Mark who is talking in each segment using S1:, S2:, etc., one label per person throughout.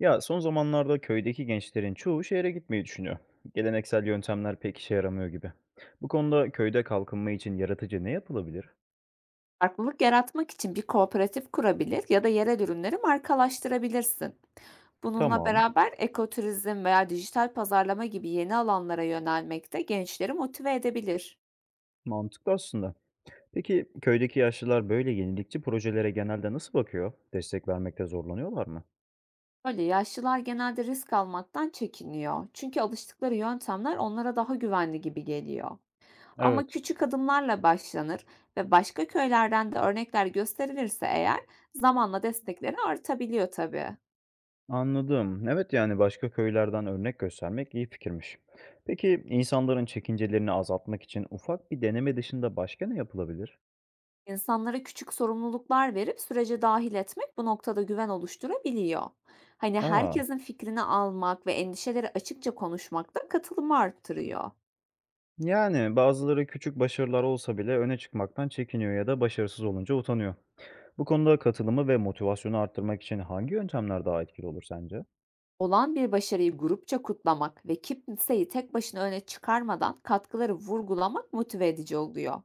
S1: Ya son zamanlarda köydeki gençlerin çoğu şehre gitmeyi düşünüyor. Geleneksel yöntemler pek işe yaramıyor gibi. Bu konuda köyde kalkınma için yaratıcı ne yapılabilir?
S2: Farklılık yaratmak için bir kooperatif kurabilir ya da yerel ürünleri markalaştırabilirsin. Bununla
S1: Tamam,
S2: beraber ekoturizm veya dijital pazarlama gibi yeni alanlara yönelmek de gençleri motive edebilir.
S1: mantıklı aslında. Peki köydeki yaşlılar böyle yenilikçi projelere genelde nasıl bakıyor? Destek vermekte zorlanıyorlar mı?
S2: Öyle yaşlılar genelde risk almaktan çekiniyor. Çünkü alıştıkları yöntemler onlara daha güvenli gibi geliyor. Ama
S1: Evet.
S2: küçük adımlarla başlanır ve başka köylerden de örnekler gösterilirse eğer zamanla destekleri artabiliyor tabii.
S1: Anladım. Evet, yani başka köylerden örnek göstermek iyi fikirmiş. Peki insanların çekincelerini azaltmak için ufak bir deneme dışında başka ne yapılabilir?
S2: İnsanlara küçük sorumluluklar verip sürece dahil etmek bu noktada güven oluşturabiliyor. Hani
S1: Aa,
S2: herkesin fikrini almak ve endişeleri açıkça konuşmak da katılımı arttırıyor.
S1: yani bazıları küçük başarılar olsa bile öne çıkmaktan çekiniyor ya da başarısız olunca utanıyor. Bu konuda katılımı ve motivasyonu arttırmak için hangi yöntemler daha etkili olur sence?
S2: Olan bir başarıyı grupça kutlamak ve kimseyi tek başına öne çıkarmadan katkıları vurgulamak motive edici oluyor.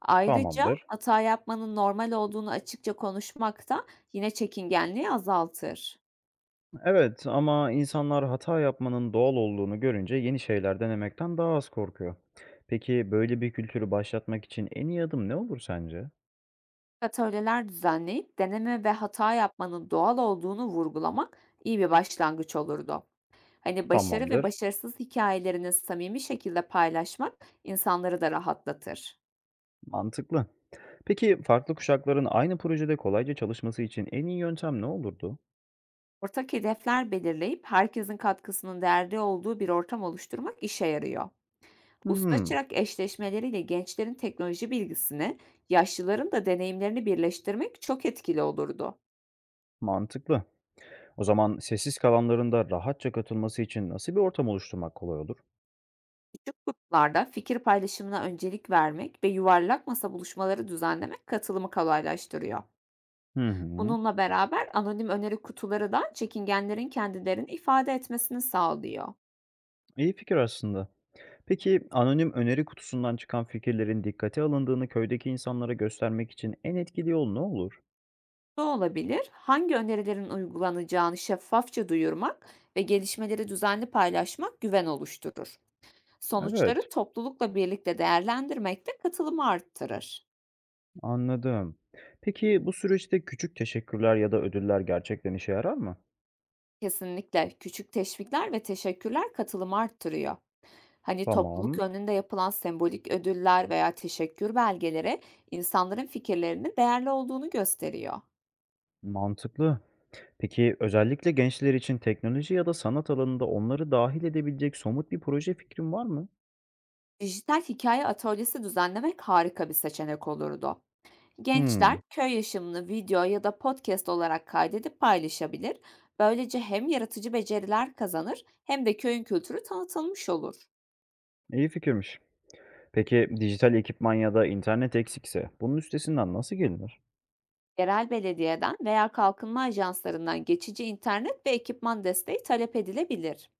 S2: Ayrıca
S1: Tamamdır.
S2: hata yapmanın normal olduğunu açıkça konuşmak da yine çekingenliği azaltır.
S1: Evet, ama insanlar hata yapmanın doğal olduğunu görünce yeni şeyler denemekten daha az korkuyor. Peki böyle bir kültürü başlatmak için en iyi adım ne olur sence?
S2: Atölyeler düzenleyip deneme ve hata yapmanın doğal olduğunu vurgulamak iyi bir başlangıç olurdu. Hani başarı ve
S1: Tamamdır.
S2: başarısız hikayelerini samimi şekilde paylaşmak insanları da rahatlatır.
S1: Mantıklı. Peki farklı kuşakların aynı projede kolayca çalışması için en iyi yöntem ne olurdu?
S2: Ortak hedefler belirleyip herkesin katkısının değerli olduğu bir ortam oluşturmak işe yarıyor. Usta
S1: Hmm,
S2: çırak eşleşmeleriyle gençlerin teknoloji bilgisini, yaşlıların da deneyimlerini birleştirmek çok etkili olurdu.
S1: mantıklı. O zaman sessiz kalanların da rahatça katılması için nasıl bir ortam oluşturmak kolay olur?
S2: Küçük gruplarda fikir paylaşımına öncelik vermek ve yuvarlak masa buluşmaları düzenlemek katılımı kolaylaştırıyor.
S1: Hı hı.
S2: Bununla beraber anonim öneri kutuları da çekingenlerin kendilerini ifade etmesini sağlıyor.
S1: İyi fikir aslında. Peki anonim öneri kutusundan çıkan fikirlerin dikkate alındığını köydeki insanlara göstermek için en etkili yol ne olur?
S2: Bu olabilir, hangi önerilerin uygulanacağını şeffafça duyurmak ve gelişmeleri düzenli paylaşmak güven oluşturur. Sonuçları
S1: Evet,
S2: toplulukla birlikte değerlendirmek de katılımı arttırır.
S1: anladım. Peki bu süreçte küçük teşekkürler ya da ödüller gerçekten işe yarar mı?
S2: Kesinlikle küçük teşvikler ve teşekkürler katılımı arttırıyor. Hani topluluk
S1: Tamam,
S2: önünde yapılan sembolik ödüller veya teşekkür belgeleri insanların fikirlerinin değerli olduğunu gösteriyor.
S1: mantıklı. Peki özellikle gençler için teknoloji ya da sanat alanında onları dahil edebilecek somut bir proje fikrin var mı?
S2: Dijital hikaye atölyesi düzenlemek harika bir seçenek olurdu. Gençler
S1: Hmm,
S2: köy yaşamını video ya da podcast olarak kaydedip paylaşabilir. Böylece hem yaratıcı beceriler kazanır hem de köyün kültürü tanıtılmış olur.
S1: iyi fikirmiş. Peki dijital ekipman ya da internet eksikse bunun üstesinden nasıl gelinir?
S2: Yerel belediyeden veya kalkınma ajanslarından geçici internet ve ekipman desteği talep edilebilir.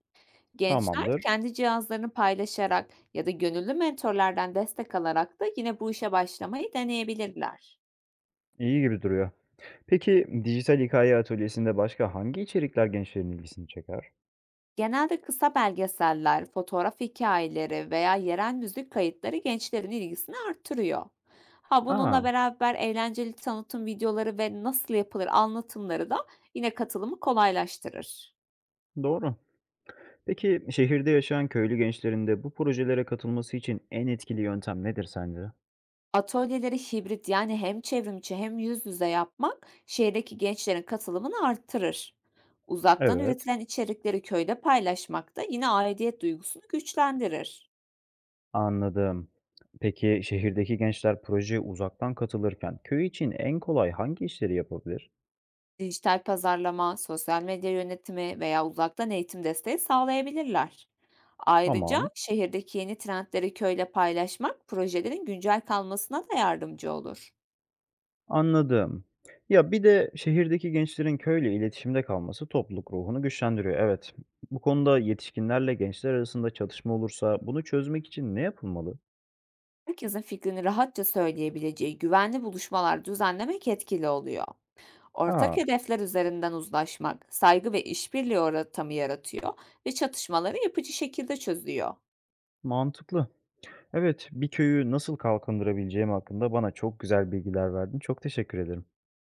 S2: Gençler
S1: Tamamdır.
S2: kendi cihazlarını paylaşarak ya da gönüllü mentorlardan destek alarak da yine bu işe başlamayı deneyebilirler.
S1: İyi gibi duruyor. Peki dijital hikaye atölyesinde başka hangi içerikler gençlerin ilgisini çeker?
S2: Genelde kısa belgeseller, fotoğraf hikayeleri veya yerel müzik kayıtları gençlerin ilgisini artırıyor. Ha,
S1: Aa,
S2: bununla beraber eğlenceli tanıtım videoları ve nasıl yapılır anlatımları da yine katılımı kolaylaştırır.
S1: doğru. Peki şehirde yaşayan köylü gençlerin de bu projelere katılması için en etkili yöntem nedir sence?
S2: Atölyeleri hibrit, yani hem çevrimiçi hem yüz yüze yapmak şehirdeki gençlerin katılımını arttırır. Uzaktan
S1: Evet,
S2: üretilen içerikleri köyde paylaşmak da yine aidiyet duygusunu güçlendirir.
S1: anladım. Peki şehirdeki gençler projeye uzaktan katılırken köy için en kolay hangi işleri yapabilir?
S2: Dijital pazarlama, sosyal medya yönetimi veya uzaktan eğitim desteği sağlayabilirler. Ayrıca
S1: Tamam.
S2: şehirdeki yeni trendleri köyle paylaşmak projelerin güncel kalmasına da yardımcı olur.
S1: Anladım. Ya, bir de şehirdeki gençlerin köyle iletişimde kalması topluluk ruhunu güçlendiriyor, evet. Bu konuda yetişkinlerle gençler arasında çatışma olursa bunu çözmek için ne yapılmalı?
S2: Herkesin fikrini rahatça söyleyebileceği güvenli buluşmalar düzenlemek etkili oluyor. Ortak
S1: Aa,
S2: hedefler üzerinden uzlaşmak, saygı ve işbirliği ortamı yaratıyor ve çatışmaları yapıcı şekilde çözüyor.
S1: mantıklı. Evet, bir köyü nasıl kalkındırabileceğim hakkında bana çok güzel bilgiler verdin. Çok teşekkür ederim.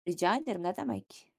S2: Rica ederim, ne demek?